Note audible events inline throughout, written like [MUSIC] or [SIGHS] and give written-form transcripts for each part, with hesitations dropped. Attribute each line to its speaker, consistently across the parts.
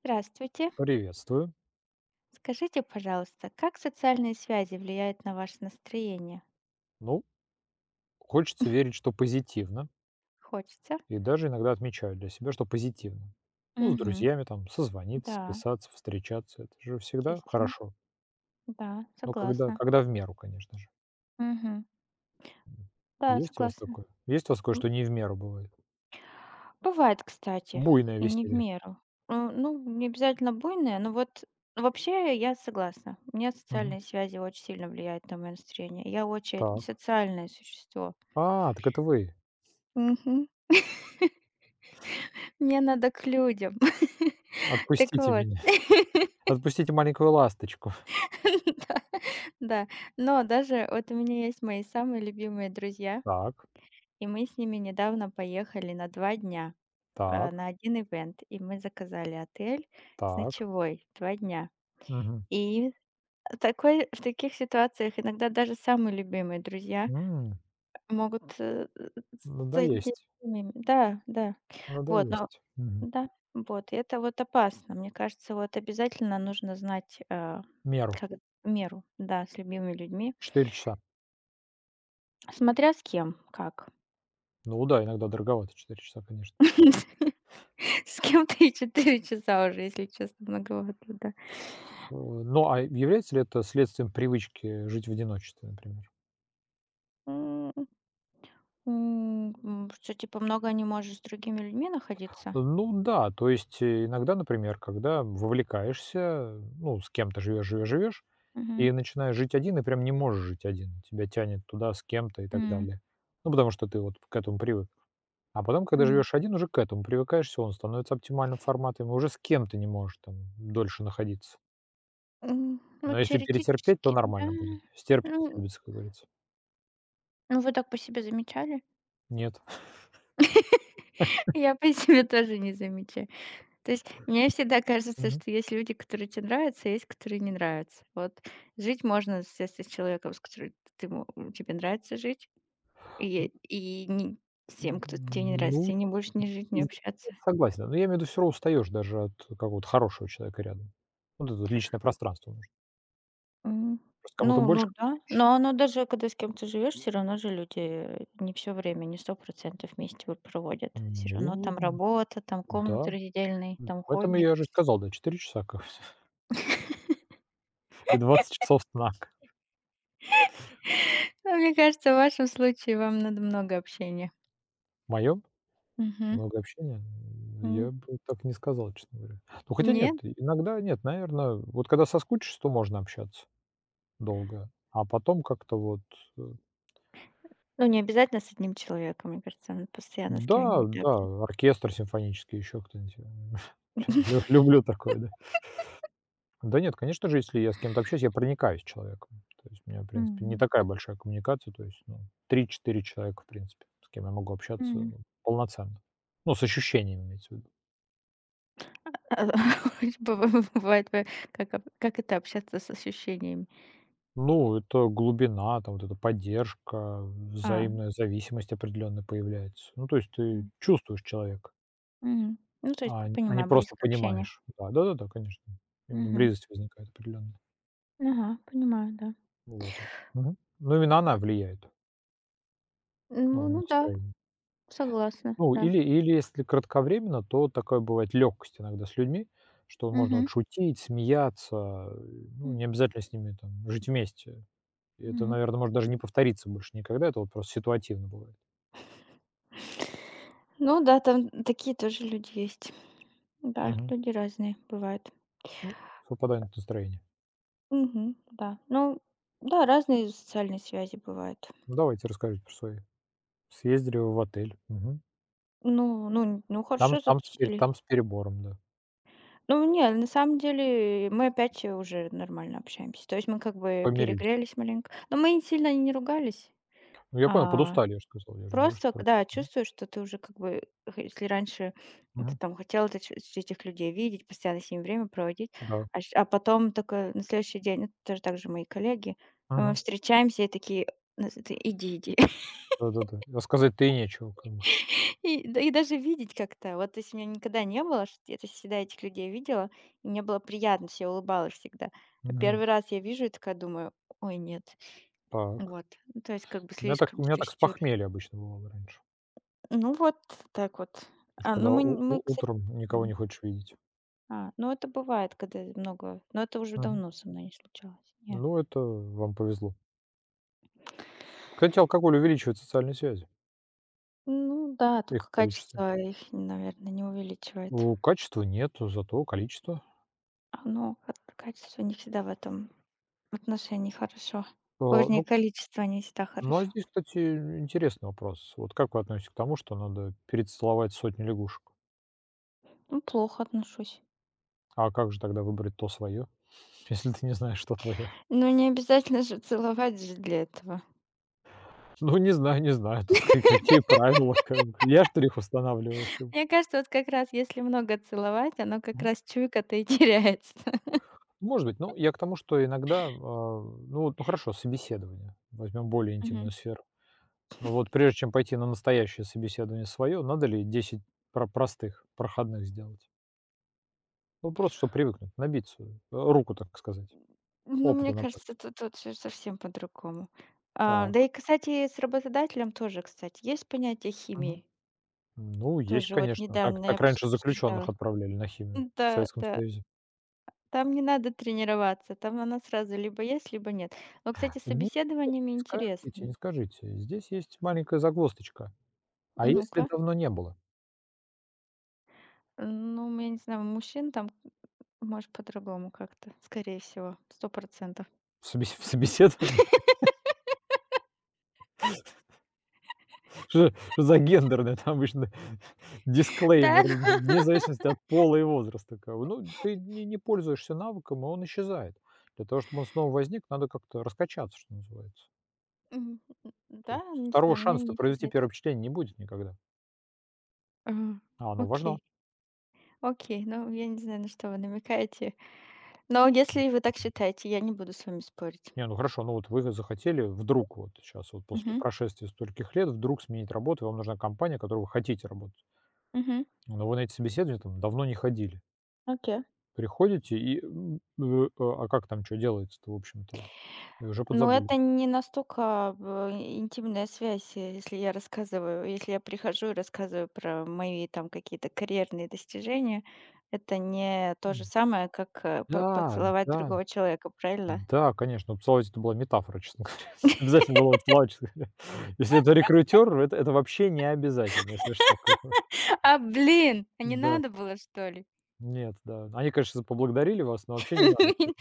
Speaker 1: Здравствуйте.
Speaker 2: Приветствую.
Speaker 1: Скажите, пожалуйста, как социальные связи влияют на ваше настроение?
Speaker 2: Ну, хочется верить, что позитивно.
Speaker 1: Хочется?
Speaker 2: И даже иногда отмечаю для себя, что позитивно. Ну, с
Speaker 1: Угу.
Speaker 2: друзьями там созвониться,
Speaker 1: Да,
Speaker 2: списаться, встречаться. Это же всегда
Speaker 1: естественно.
Speaker 2: хорошо.
Speaker 1: Да,
Speaker 2: Но когда,
Speaker 1: согласна.
Speaker 2: когда в меру, конечно же.
Speaker 1: Угу.
Speaker 2: М.
Speaker 1: Да,
Speaker 2: Есть у вас
Speaker 1: согласна.
Speaker 2: такое? Есть у вас такое,
Speaker 1: М,
Speaker 2: что не в меру бывает?
Speaker 1: Бывает, кстати,
Speaker 2: Буйное
Speaker 1: и не в
Speaker 2: веселье.
Speaker 1: меру. Ну, Не обязательно буйное, но вот вообще я согласна. У меня
Speaker 2: Мгм.
Speaker 1: социальные связи очень сильно влияют на мое настроение. Я очень
Speaker 2: Так.
Speaker 1: социальное существо.
Speaker 2: А, так это вы.
Speaker 1: Мгм. Мне надо к людям. [LAUGHS] Так
Speaker 2: Отпустите
Speaker 1: вот.
Speaker 2: меня. [LAUGHS] Отпустите маленькую ласточку.
Speaker 1: [LAUGHS] Да, но даже вот у меня есть мои самые любимые друзья,
Speaker 2: Так,
Speaker 1: и мы с ними недавно поехали на 2 дня,
Speaker 2: так,
Speaker 1: на один ивент, и мы заказали отель с
Speaker 2: так.
Speaker 1: ночевой 2 дня.
Speaker 2: Мгм.
Speaker 1: И такой в таких ситуациях иногда даже самые любимые друзья
Speaker 2: М,
Speaker 1: могут,
Speaker 2: Надо
Speaker 1: стать
Speaker 2: есть.
Speaker 1: нелюбимыми. Да, да.
Speaker 2: Надо
Speaker 1: Вот, но
Speaker 2: есть. Мгм.
Speaker 1: да, вот, и это вот опасно. Мне кажется, вот обязательно нужно знать,
Speaker 2: Меру.
Speaker 1: как меру, да, с любимыми людьми,
Speaker 2: Четыре часа.
Speaker 1: смотря с кем, как.
Speaker 2: Ну да, иногда дороговато 4 часа, конечно.
Speaker 1: [LAUGHS] С кем ты 4 часа уже, если честно, многовато, да.
Speaker 2: Ну, а является ли это следствием привычки жить в одиночестве, например?
Speaker 1: М, что типа много не можешь с другими людьми находиться?
Speaker 2: Ну да, то есть, иногда, например, когда вовлекаешься, ну, с кем-то живешь,
Speaker 1: Мгм.
Speaker 2: и начинаешь жить один, и прям не можешь жить один. Тебя тянет туда с кем-то и так
Speaker 1: М,
Speaker 2: далее. Ну, потому что ты вот к этому привык. А потом, когда
Speaker 1: м.
Speaker 2: живешь один, уже к этому привыкаешься, он становится оптимальным форматом, и уже с кем-то не можешь там дольше находиться.
Speaker 1: М, ну,
Speaker 2: Но если перетерпеть, то
Speaker 1: теоретически, да.
Speaker 2: нормально будет. Стерпится,
Speaker 1: Ну
Speaker 2: любится, как говорится.
Speaker 1: ну, вы так по себе замечали?
Speaker 2: Нет.
Speaker 1: [LAUGHS] Я по себе тоже не замечаю. То есть мне всегда кажется, что есть люди, которые тебе нравятся, а есть, которые не нравятся. Вот жить можно, с человеком, с которым ты ему тебе нравится жить.
Speaker 2: М,
Speaker 1: И не всем, кто тебе не нравится, с
Speaker 2: ну,
Speaker 1: ними больше не жить, не
Speaker 2: здесь я
Speaker 1: общаться.
Speaker 2: согласен. Но я имею в виду, всё равно устаешь даже от какого-то хорошего человека рядом. Вот это вот личное пространство нужно.
Speaker 1: М.
Speaker 2: Просто кому-то
Speaker 1: Ну,
Speaker 2: больше, кому-то
Speaker 1: да.
Speaker 2: меньше.
Speaker 1: Но оно, даже когда с кем-то живешь, все равно же люди не все время, не сто процентов вместе вот проводят. Все равно там
Speaker 2: Ну
Speaker 1: работа, там
Speaker 2: да,
Speaker 1: комнаты раздельные, там
Speaker 2: поэтому
Speaker 1: хобби.
Speaker 2: я же сказал, да, 4 часа как [LAUGHS] и 20 часов сна.
Speaker 1: [LAUGHS] Но мне кажется, в вашем случае вам надо много общения.
Speaker 2: В моем
Speaker 1: Мгм.
Speaker 2: много общения,
Speaker 1: М.
Speaker 2: я бы так не сказал, честно говоря. Ну, хотя нет,
Speaker 1: Нет?
Speaker 2: иногда нет, наверное, вот когда соскучишься, то можно общаться долго, а потом как-то вот, э
Speaker 1: Ну, не обязательно с одним человеком. Мне кажется, надо постоянно с
Speaker 2: Да,
Speaker 1: кем-нибудь общаться.
Speaker 2: да, оркестр симфонический, еще кто-нибудь. [LAUGHS] Лю
Speaker 1: [LAUGHS]
Speaker 2: люблю такое, да. Да нет, конечно же, если я с кем-то общаюсь, я проникаюсь человеком. То есть у меня, в принципе, не
Speaker 1: Мгм.
Speaker 2: такая большая коммуникация. То есть, ну, 3-4 человека, в принципе, с кем я могу общаться, ну, полноценно. Ну, с ощущениями имеется в виду.
Speaker 1: А, [LAUGHS] быва бывает, как об как это общаться с ощущениями?
Speaker 2: Ну, это глубина, там вот эта поддержка,
Speaker 1: А,
Speaker 2: взаимная зависимость определенная появляется. Ну, то есть ты
Speaker 1: м,
Speaker 2: чувствуешь человека,
Speaker 1: мгм. Ну, то есть,
Speaker 2: а не
Speaker 1: понимаю,
Speaker 2: просто
Speaker 1: близкое общение.
Speaker 2: понимаешь. Да, да-да-да, конечно. Именно
Speaker 1: Мгм.
Speaker 2: близость возникает определенная.
Speaker 1: Ага, понимаю, да.
Speaker 2: Вот. Мгм. Ну, именно она влияет, ну,
Speaker 1: Ну
Speaker 2: на
Speaker 1: ну да,
Speaker 2: настроение.
Speaker 1: согласна,
Speaker 2: Ну,
Speaker 1: да.
Speaker 2: или или если кратковременно, то такая бывает легкость иногда с людьми, что можно
Speaker 1: Мгм,
Speaker 2: вот шутить, смеяться, ну, не
Speaker 1: мгм,
Speaker 2: обязательно с ними там жить вместе. И это,
Speaker 1: мгм.
Speaker 2: наверное может даже не повториться больше никогда, это вот просто ситуативно бывает.
Speaker 1: Ну да, там такие тоже люди есть. Да,
Speaker 2: Мгм.
Speaker 1: люди разные бывают.
Speaker 2: Ну, совпадание настроения.
Speaker 1: Мгм, да. Ну да, разные социальные связи бывают.
Speaker 2: Ну, давайте расскажите про свои. Съездили вы в отель. Мгм.
Speaker 1: Ну, ну, ну,
Speaker 2: Там
Speaker 1: хорошо
Speaker 2: там с пере
Speaker 1: затусили.
Speaker 2: там с перебором, да.
Speaker 1: Ну, не, на самом деле мы опять уже нормально общаемся. То есть мы как бы
Speaker 2: Помирились.
Speaker 1: перегрелись маленько. Но мы сильно не ругались.
Speaker 2: Ну, я понял,
Speaker 1: А,
Speaker 2: подустали, я же сказал. Я же не говорю, что
Speaker 1: просто, когда
Speaker 2: Мгм.
Speaker 1: чувствуешь, что ты уже как бы, если раньше ты там хотел этих людей видеть, постоянно с ними время проводить,
Speaker 2: Да.
Speaker 1: а, а потом только на следующий день, это тоже так же мои коллеги, мы
Speaker 2: Мгм.
Speaker 1: встречаемся и такие: «Ну, ты иди, иди.
Speaker 2: Да-да-да. Рассказать сказать-то и нечего как бы.
Speaker 1: И даже видеть как-то. Вот если у меня никогда не было, что я, то есть всегда этих людей видела, и мне было приятно, все я улыбалась всегда. А
Speaker 2: Мгм.
Speaker 1: 1 раз я вижу и такая думаю: "Ой, нет".
Speaker 2: Так.
Speaker 1: Вот. Ну, то есть как бы
Speaker 2: У меня так
Speaker 1: слишком
Speaker 2: у меня так с
Speaker 1: чересчур.
Speaker 2: похмелья обычно бывало раньше.
Speaker 1: Ну, вот так вот.
Speaker 2: Уж когда у
Speaker 1: Кстати.
Speaker 2: утром никого
Speaker 1: Мгм.
Speaker 2: не хочешь видеть.
Speaker 1: А, ну это бывает, когда много, но это уже
Speaker 2: Мгм.
Speaker 1: давно со мной не случалось. Не.
Speaker 2: Ну, это вам повезло. Кстати, алкоголь увеличивает социальные связи,
Speaker 1: Ну да,
Speaker 2: их
Speaker 1: только
Speaker 2: количество.
Speaker 1: качество их, наверное, не увеличивает.
Speaker 2: У качества нет, зато количество.
Speaker 1: А, ну, ка качество не всегда в этом отношении хорошо. О,
Speaker 2: А,
Speaker 1: вернее,
Speaker 2: ну к
Speaker 1: количество не всегда
Speaker 2: Ну, а
Speaker 1: хорошо.
Speaker 2: здесь, кстати, интересный вопрос. Вот как вы относитесь к тому, что надо перецеловать сотню лягушек?
Speaker 1: Ну, плохо отношусь.
Speaker 2: А как же тогда выбрать то свое, [LAUGHS] если ты не знаешь, что твое?
Speaker 1: Но не обязательно же целовать же для этого.
Speaker 2: Ну, не знаю, не знаю, тут ка какие правила, как бы. Я, что ли, их устанавливаю, их как бы.
Speaker 1: Мне кажется, вот как раз если много целовать, оно как
Speaker 2: Мгм.
Speaker 1: раз чуйка-то и теряется. [LAUGHS]
Speaker 2: Может быть, ну, я к тому, что иногда, ну вот, ну хорошо, собеседование, возьмем более интимную
Speaker 1: Мгм.
Speaker 2: сферу. Но вот прежде чем пойти на настоящее собеседование свое, надо ли 10 простых, проходных сделать? Ну, просто чтобы привыкнуть, набиться, руку, так сказать,
Speaker 1: Ну,
Speaker 2: опыта
Speaker 1: мне кажется,
Speaker 2: набраться.
Speaker 1: тут же совсем по-другому. А, да и,
Speaker 2: Так.
Speaker 1: кстати, с работодателем тоже, кстати, есть понятие
Speaker 2: Мгм.
Speaker 1: химии.
Speaker 2: Ну, есть,
Speaker 1: Тоже вот
Speaker 2: конечно. Так
Speaker 1: недавно я
Speaker 2: так раньше заключенных
Speaker 1: обсуждала.
Speaker 2: отправляли на химию в
Speaker 1: Да,
Speaker 2: Советском
Speaker 1: да.
Speaker 2: Союзе.
Speaker 1: Там не надо тренироваться, там она сразу либо есть, либо нет. Вот, кстати, с собеседованиями
Speaker 2: Скажите,
Speaker 1: интересно.
Speaker 2: не скажите. Здесь есть маленькая загвоздочка. А если
Speaker 1: Ну-ка.
Speaker 2: давно не было
Speaker 1: Ну, я не знаю, у мужчин там, может, по-другому как-то, скорее всего, 100.
Speaker 2: в собеседовании? [LAUGHS] Что что за гендерное там обычно [LAUGHS]
Speaker 1: Да,
Speaker 2: дисклеймер,
Speaker 1: ну.
Speaker 2: вне зависимости от пола и возраста как бы. Ну, ты не пользуешься навыком, и он исчезает. Для того, чтобы он снова возник, надо как-то раскачаться, что называется.
Speaker 1: Мгм.
Speaker 2: То
Speaker 1: Да,
Speaker 2: есть
Speaker 1: не
Speaker 2: второго
Speaker 1: знаю, меня
Speaker 2: шанса-то
Speaker 1: не
Speaker 2: провести
Speaker 1: исчезает.
Speaker 2: первое впечатление не будет никогда,
Speaker 1: Ага.
Speaker 2: а оно важно.
Speaker 1: Окей, окей. Ну, я не знаю, на что вы намекаете. Но если вы так считаете, я не буду с вами спорить.
Speaker 2: Не, ну хорошо, ну вот вы захотели вдруг вот сейчас вот после
Speaker 1: Мгм,
Speaker 2: прошествия стольких лет вдруг сменить работу, и вам нужна компания, в которой вы хотите работать.
Speaker 1: мгм.
Speaker 2: Но вы на эти собеседования там давно не ходили.
Speaker 1: Окей.
Speaker 2: Приходите и, как там что делается-то, в общем-то? И уже
Speaker 1: Но
Speaker 2: подзабыли.
Speaker 1: это не настолько в интимная связь, если я рассказываю, если я прихожу и рассказываю про мои там какие-то карьерные достижения, это не то же
Speaker 2: М.
Speaker 1: самое, как, по
Speaker 2: Да,
Speaker 1: поцеловать
Speaker 2: да,
Speaker 1: другого человека, правильно?
Speaker 2: да, конечно. Ну, Поцеловать — это была метафора, честно говоря. [LAUGHS] обязательно было поцеловать, честно говоря. Если это рекрутер, это вообще не обязательно, если что, как бы.
Speaker 1: [LAUGHS] А, блин, а не
Speaker 2: Да.
Speaker 1: надо было, что ли?
Speaker 2: Нет, да. Они, конечно, поблагодарили вас, но вообще не надо, как
Speaker 1: [LAUGHS]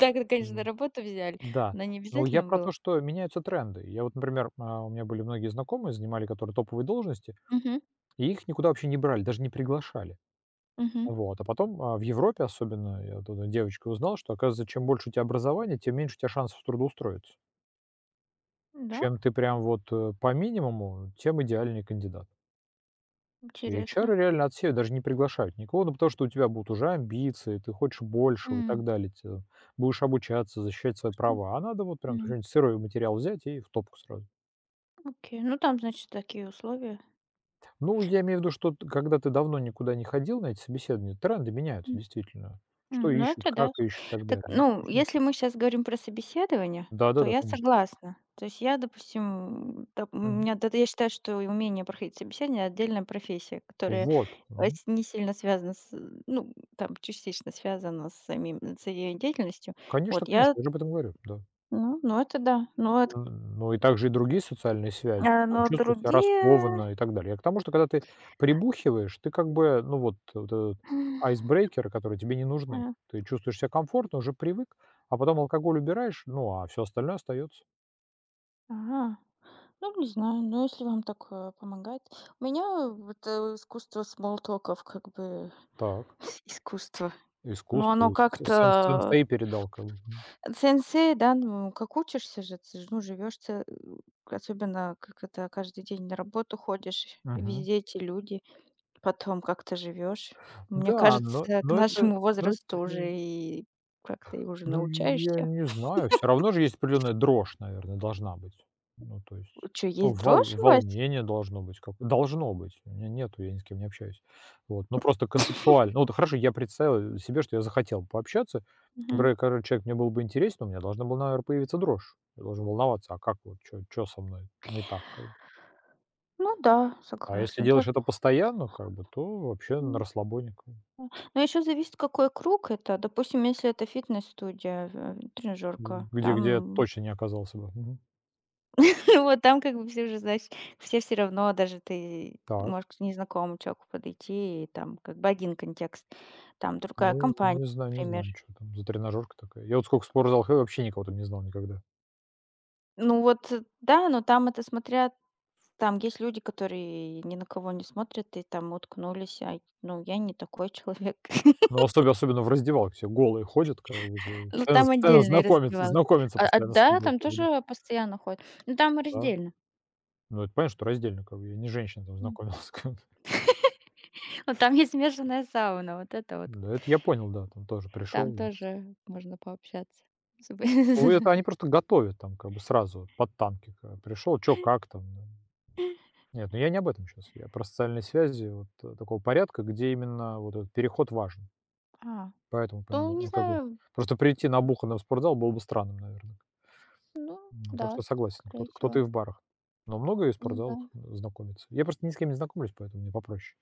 Speaker 1: Так, это, конечно,
Speaker 2: бы,
Speaker 1: на
Speaker 2: вот.
Speaker 1: работу взяли,
Speaker 2: Да.
Speaker 1: но не
Speaker 2: Ну, я
Speaker 1: обязательно
Speaker 2: про
Speaker 1: было.
Speaker 2: то, что меняются тренды. Я вот, например, у меня были многие знакомые, занимали которые топовые должности,
Speaker 1: Мгм,
Speaker 2: и их никуда вообще не брали, даже не приглашали.
Speaker 1: мгм.
Speaker 2: Вот. А потом, в Европе особенно, я от одной девочки узнал, что, оказывается, чем больше у тебя образования, тем меньше у тебя шансов трудоустроиться.
Speaker 1: Да,
Speaker 2: Чем ты прям вот, по минимуму, тем идеальный кандидат. И
Speaker 1: интересно.
Speaker 2: HR реально отсеивают, даже не приглашают никого, ну, потому что у тебя будут уже амбиции, ты хочешь большего и так далее. Те будешь обучаться, защищать свои
Speaker 1: м,
Speaker 2: права. А надо вот прям
Speaker 1: м.
Speaker 2: что-нибудь сырой материал взять и в топку сразу.
Speaker 1: Окей, ну там, значит, такие условия.
Speaker 2: Ну, я имею в виду, что т когда ты давно никуда не ходил на эти собеседования, тренды меняются
Speaker 1: М,
Speaker 2: действительно. Что
Speaker 1: ну
Speaker 2: ищут,
Speaker 1: это
Speaker 2: как
Speaker 1: да.
Speaker 2: ищут и так
Speaker 1: Так,
Speaker 2: далее.
Speaker 1: ну, если мы сейчас говорим про собеседование, то
Speaker 2: Да-да-да,
Speaker 1: я
Speaker 2: конечно.
Speaker 1: согласна. То есть я, допустим, доп у меня да, я считаю, что и умение проходить собеседование — отдельная профессия, которая
Speaker 2: Вот.
Speaker 1: а
Speaker 2: Мгм.
Speaker 1: с не сильно связана с, ну, там, частично связана с самим с её деятельностью.
Speaker 2: Конечно,
Speaker 1: Вот
Speaker 2: конечно,
Speaker 1: я
Speaker 2: я же об этом говорю, да.
Speaker 1: ну, это да. Но эт
Speaker 2: Н Ну и также и другие социальные связи,
Speaker 1: а,
Speaker 2: там
Speaker 1: но
Speaker 2: чувствовать себя
Speaker 1: другие,
Speaker 2: раскованно и так далее. Я к тому, что когда ты прибухиваешь, ты как бы, ну вот вот этот айсбрейкеры, которые тебе не нужны.
Speaker 1: [SIGHS]
Speaker 2: Ты чувствуешь себя комфортно, уже привык, а потом алкоголь убираешь, ну, а все остальное остается.
Speaker 1: Ага. Ну, не знаю, но если вам так, помогает. У меня вот, искусство смолтоков, как бы
Speaker 2: Так,
Speaker 1: [LAUGHS] искусство. Но оно
Speaker 2: искусство, с сен
Speaker 1: как-то,
Speaker 2: сенсей передал как бы.
Speaker 1: сенсей, да, ну, как учишься же, ты ж, ну, живешь, особенно как это каждый день на работу ходишь,
Speaker 2: Мгм.
Speaker 1: везде эти люди, потом как ты живешь. Мне
Speaker 2: Да,
Speaker 1: кажется,
Speaker 2: но
Speaker 1: к
Speaker 2: но это
Speaker 1: нашему
Speaker 2: но это
Speaker 1: возрасту
Speaker 2: э,
Speaker 1: уже и как-то и уже
Speaker 2: Ну, я
Speaker 1: научаешься.
Speaker 2: не знаю. Все равно же есть определенная дрожь, наверное, должна быть. Ну, то есть,
Speaker 1: Вот
Speaker 2: ну,
Speaker 1: есть
Speaker 2: вол
Speaker 1: дрожь у вас?
Speaker 2: волнение должно быть как должно быть. У меня нету, я ни с кем не общаюсь. Вот. Ну, просто концептуально. Ну, вот хорошо, я представил себе, что я захотел пообщаться.
Speaker 1: Мгм.
Speaker 2: Например, когда человек мне был бы интересен, у меня должна была, наверное, появиться дрожь. Я должен волноваться, а как вот, что со мной не так как бы.
Speaker 1: Ну да,
Speaker 2: А если
Speaker 1: согласна, дож
Speaker 2: делаешь это постоянно, как бы, то вообще на расслабоне, как бы,
Speaker 1: Но еще зависит, какой круг это. Допустим, если это фитнес-студия, тренажерка,
Speaker 2: где где я
Speaker 1: там,
Speaker 2: точно не оказался бы. Мгм.
Speaker 1: [LAUGHS] вот там как бы все уже, знаешь, все равно, даже ты
Speaker 2: Так.
Speaker 1: можешь к незнакомому человеку подойти, и там как бы один контекст, там другая
Speaker 2: Ну,
Speaker 1: компания,
Speaker 2: не знаю не
Speaker 1: например.
Speaker 2: знаю, что там за тренажерка такая. Я вот сколько в спортзал ходил, вообще никого там не знал никогда.
Speaker 1: Ну вот, да, но там это смотря, там есть люди, которые ни на кого не смотрят и там уткнулись, а, ну, я не такой человек.
Speaker 2: Ну,
Speaker 1: [LAUGHS]
Speaker 2: особенно особенно в раздевалке, все голые ходят, как бы, всё,
Speaker 1: Ну,
Speaker 2: постоянно
Speaker 1: там
Speaker 2: постоянно
Speaker 1: отдельные
Speaker 2: знакомятся
Speaker 1: раздевалки.
Speaker 2: знакомятся
Speaker 1: А,
Speaker 2: постоянно с
Speaker 1: да,
Speaker 2: тобой,
Speaker 1: там
Speaker 2: как бы, да.
Speaker 1: тоже постоянно ходят, но там
Speaker 2: Да.
Speaker 1: раздельно.
Speaker 2: Ну, это понятно, что раздельно, как бы, я не женщина, женщиной там знакомился, [LAUGHS] как бы.
Speaker 1: Ну, там есть смешанная сауна, вот это вот.
Speaker 2: Да, это я понял, да, там тоже пришел.
Speaker 1: Там
Speaker 2: Весь.
Speaker 1: тоже можно пообщаться. С бы
Speaker 2: Ну,
Speaker 1: [LAUGHS]
Speaker 2: это они просто готовят там, как бы, сразу вот под танки, как бы. Пришёл, чё, как там, да. Нет, ну я не об этом сейчас. Я про социальные связи вот, такого порядка, где именно вот этот переход важен.
Speaker 1: А,
Speaker 2: Поэтому
Speaker 1: то
Speaker 2: поняла.
Speaker 1: не
Speaker 2: Ну, как бы
Speaker 1: знаю,
Speaker 2: просто прийти набуханным в спортзал было бы странным, наверное.
Speaker 1: ну
Speaker 2: Так
Speaker 1: да,
Speaker 2: что согласен,
Speaker 1: скорее
Speaker 2: кто-то кто-то
Speaker 1: всего.
Speaker 2: и в барах. Но много и в
Speaker 1: Ну да.
Speaker 2: спортзалах знакомится. Я просто ни с кем не знакомлюсь, поэтому мне попроще.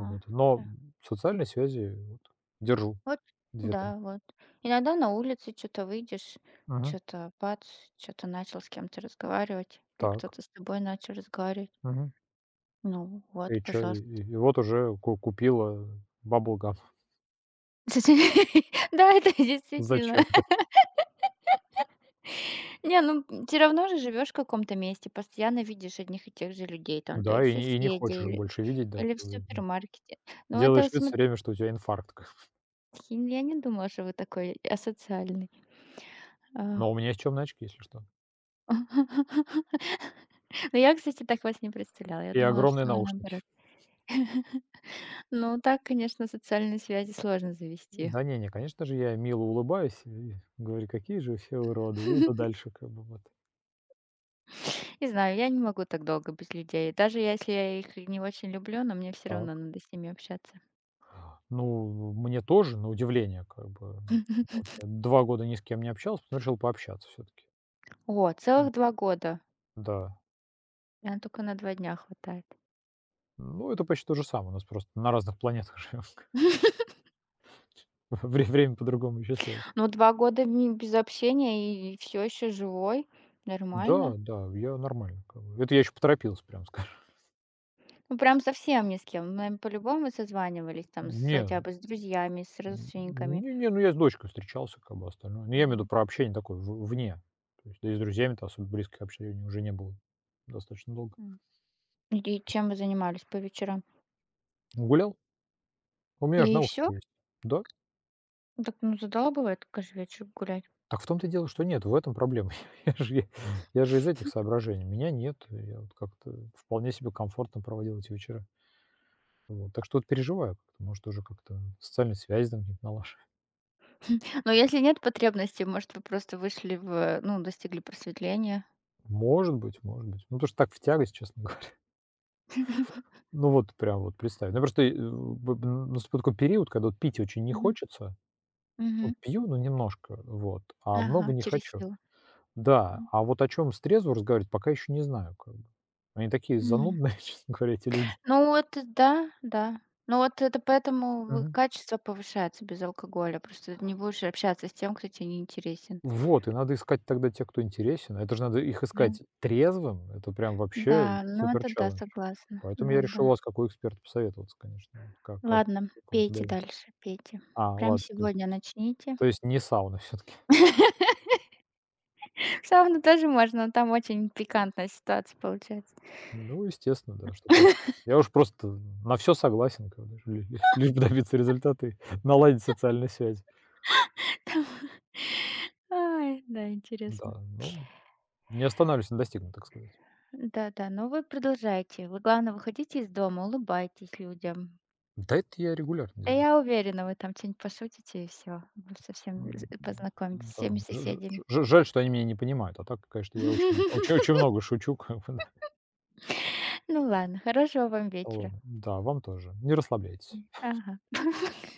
Speaker 1: А,
Speaker 2: Но
Speaker 1: да.
Speaker 2: социальные связи вот держу
Speaker 1: Вот,
Speaker 2: две-три.
Speaker 1: да, вот. Иногда на улице что то выйдешь,
Speaker 2: Мгм.
Speaker 1: что то бац, что то начал с кем-то разговаривать, или
Speaker 2: Так.
Speaker 1: кто-то с тобой начал разговаривать.
Speaker 2: Мгм.
Speaker 1: Ну
Speaker 2: И
Speaker 1: вот,
Speaker 2: чё? И
Speaker 1: пожалуйста.
Speaker 2: и и вот уже ку купила баблгам [LAUGHS]
Speaker 1: [LAUGHS] Да, это действительно.
Speaker 2: зачем-то.
Speaker 1: Не, ну, все равно же живешь в каком-то месте, постоянно видишь одних и тех же людей, там
Speaker 2: Да,
Speaker 1: твоих
Speaker 2: и не хочешь
Speaker 1: соседей
Speaker 2: их
Speaker 1: или
Speaker 2: больше видеть, да,
Speaker 1: или в
Speaker 2: как бы.
Speaker 1: супермаркете. Ну, это
Speaker 2: Делаешь вид
Speaker 1: см
Speaker 2: всё время, что у тебя инфаркт. [LAUGHS]
Speaker 1: я не думала, что вы такой асоциальный. А.
Speaker 2: Но у меня есть чёмный очки, если что,
Speaker 1: [LAUGHS] Но я, кстати, так вас не представляла. Я
Speaker 2: и
Speaker 1: думала,
Speaker 2: огромные
Speaker 1: что вы
Speaker 2: наушники.
Speaker 1: наоборот. [LAUGHS] Ну, так, конечно, социальные связи сложно завести.
Speaker 2: Да не не, конечно же, я мило улыбаюсь и говорю: "Какие же все уроды!" И иду
Speaker 1: [LAUGHS]
Speaker 2: дальше как бы вот
Speaker 1: Не знаю, я не могу так долго без людей. Даже если я их и не очень люблю, но мне все
Speaker 2: так.
Speaker 1: равно надо с ними общаться.
Speaker 2: Ну, мне тоже, на удивление, как бы
Speaker 1: [LAUGHS]
Speaker 2: вот я 2 года ни с кем не общался, потом решил пообщаться все таки
Speaker 1: О,
Speaker 2: М,
Speaker 1: целых 2 года.
Speaker 2: да.
Speaker 1: И она только на 2 дня хватает.
Speaker 2: Ну, это почти то же самое, у нас просто на разных планетах живем, [LAUGHS]
Speaker 1: [LAUGHS]
Speaker 2: время по-другому исчисляется.
Speaker 1: Ну, 2 года ми без общения и все еще живой. Нормально.
Speaker 2: Да, да, я нормально как бы. Это я еще поторопился, прям скажем.
Speaker 1: Ну, прям совсем ни с кем. Мы по-любому созванивались там с
Speaker 2: Не
Speaker 1: хотя бы с друзьями, с
Speaker 2: М,
Speaker 1: родственниками.
Speaker 2: ну, я с дочкой встречался, как бы, остальное. Ну, я имею в виду
Speaker 1: Мгм,
Speaker 2: про общение такое в вне. То есть, да и с друзьями-то особо близкого общения уже не было достаточно долго.
Speaker 1: м. И чем вы занимались по вечерам?
Speaker 2: Гулял. У меня же
Speaker 1: И все?
Speaker 2: наушники есть. Да.
Speaker 1: Так, ну, задолбывает бывает, каждый вечер гулять.
Speaker 2: Так в том-то и дело, что нет, в этом проблема. [LAUGHS] Я же я я же из этих соображений. Меня нет. Я вот как-то вполне себе комфортно проводил эти вечера. Вот. Так что вот переживаю как-то. Может, уже как-то социальные связи там какие-то налаживаю.
Speaker 1: [LAUGHS] Но если нет потребности, может, вы просто вышли в, ну, достигли просветления.
Speaker 2: Может быть, может быть. Ну, потому что так в тягость, честно.
Speaker 1: [LAUGHS]
Speaker 2: Ну вот прям вот представь. Ну просто, э, б б наступил такой период, когда вот пить очень не
Speaker 1: Мгм.
Speaker 2: хочется. Ну,
Speaker 1: Мгм.
Speaker 2: пью, но немножко, вот, а много
Speaker 1: Ага,
Speaker 2: не
Speaker 1: через
Speaker 2: хочу.
Speaker 1: силу.
Speaker 2: Да,
Speaker 1: М.
Speaker 2: а вот о чем с трезво разговаривать, пока еще не знаю как бы. Они такие
Speaker 1: М.
Speaker 2: занудные, [LAUGHS] честно говоря, эти люди.
Speaker 1: Ну, вот, да, да. Ну, вот это поэтому вы
Speaker 2: Мгм.
Speaker 1: качество повышается без алкоголя. Просто не будешь общаться с тем, кто тебе не интересен.
Speaker 2: Вот, и надо искать тогда тех, кто интересен. Это же надо их
Speaker 1: Да.
Speaker 2: искать трезвым. Это прям вообще
Speaker 1: Да, ну
Speaker 2: супер
Speaker 1: это да,
Speaker 2: челлендж.
Speaker 1: согласна.
Speaker 2: Поэтому я решил у
Speaker 1: Да-да.
Speaker 2: вас, как у посоветоваться, конечно. Вот.
Speaker 1: Ладно,
Speaker 2: Как вот
Speaker 1: пейте
Speaker 2: удается.
Speaker 1: дальше, пейте.
Speaker 2: А,
Speaker 1: Прям
Speaker 2: ладно, то есть то
Speaker 1: сегодня
Speaker 2: есть
Speaker 1: начните.
Speaker 2: то есть не сауна всё-таки.
Speaker 1: [LAUGHS] В сауну тоже можно, но там очень пикантная ситуация получается.
Speaker 2: Ну, естественно, да, что поделать. Я уж просто на все согласен, как бы, лишь бы добиться результата и наладить социальные связи.
Speaker 1: Ай, да, интересно.
Speaker 2: Да, ну, не останавливаюсь на достигнутом, так сказать.
Speaker 1: Да-да, но вы продолжайте. Вы, главное, выходите из дома, улыбайтесь людям.
Speaker 2: Да, это я регулярно
Speaker 1: Да
Speaker 2: делаю.
Speaker 1: я уверена, вы там что-нибудь пошутите, и все, вы совсем
Speaker 2: М,
Speaker 1: познакомитесь с
Speaker 2: да,
Speaker 1: всеми
Speaker 2: ж ж
Speaker 1: соседями.
Speaker 2: ж жаль, что они меня не понимают, а так, конечно, я очень очень очень
Speaker 1: [LAUGHS]
Speaker 2: много шучу, как бы, да.
Speaker 1: Ну ладно, хорошего вам
Speaker 2: Вот,
Speaker 1: вечера.
Speaker 2: да, вам тоже. Не расслабляйтесь.
Speaker 1: Ага. [LAUGHS]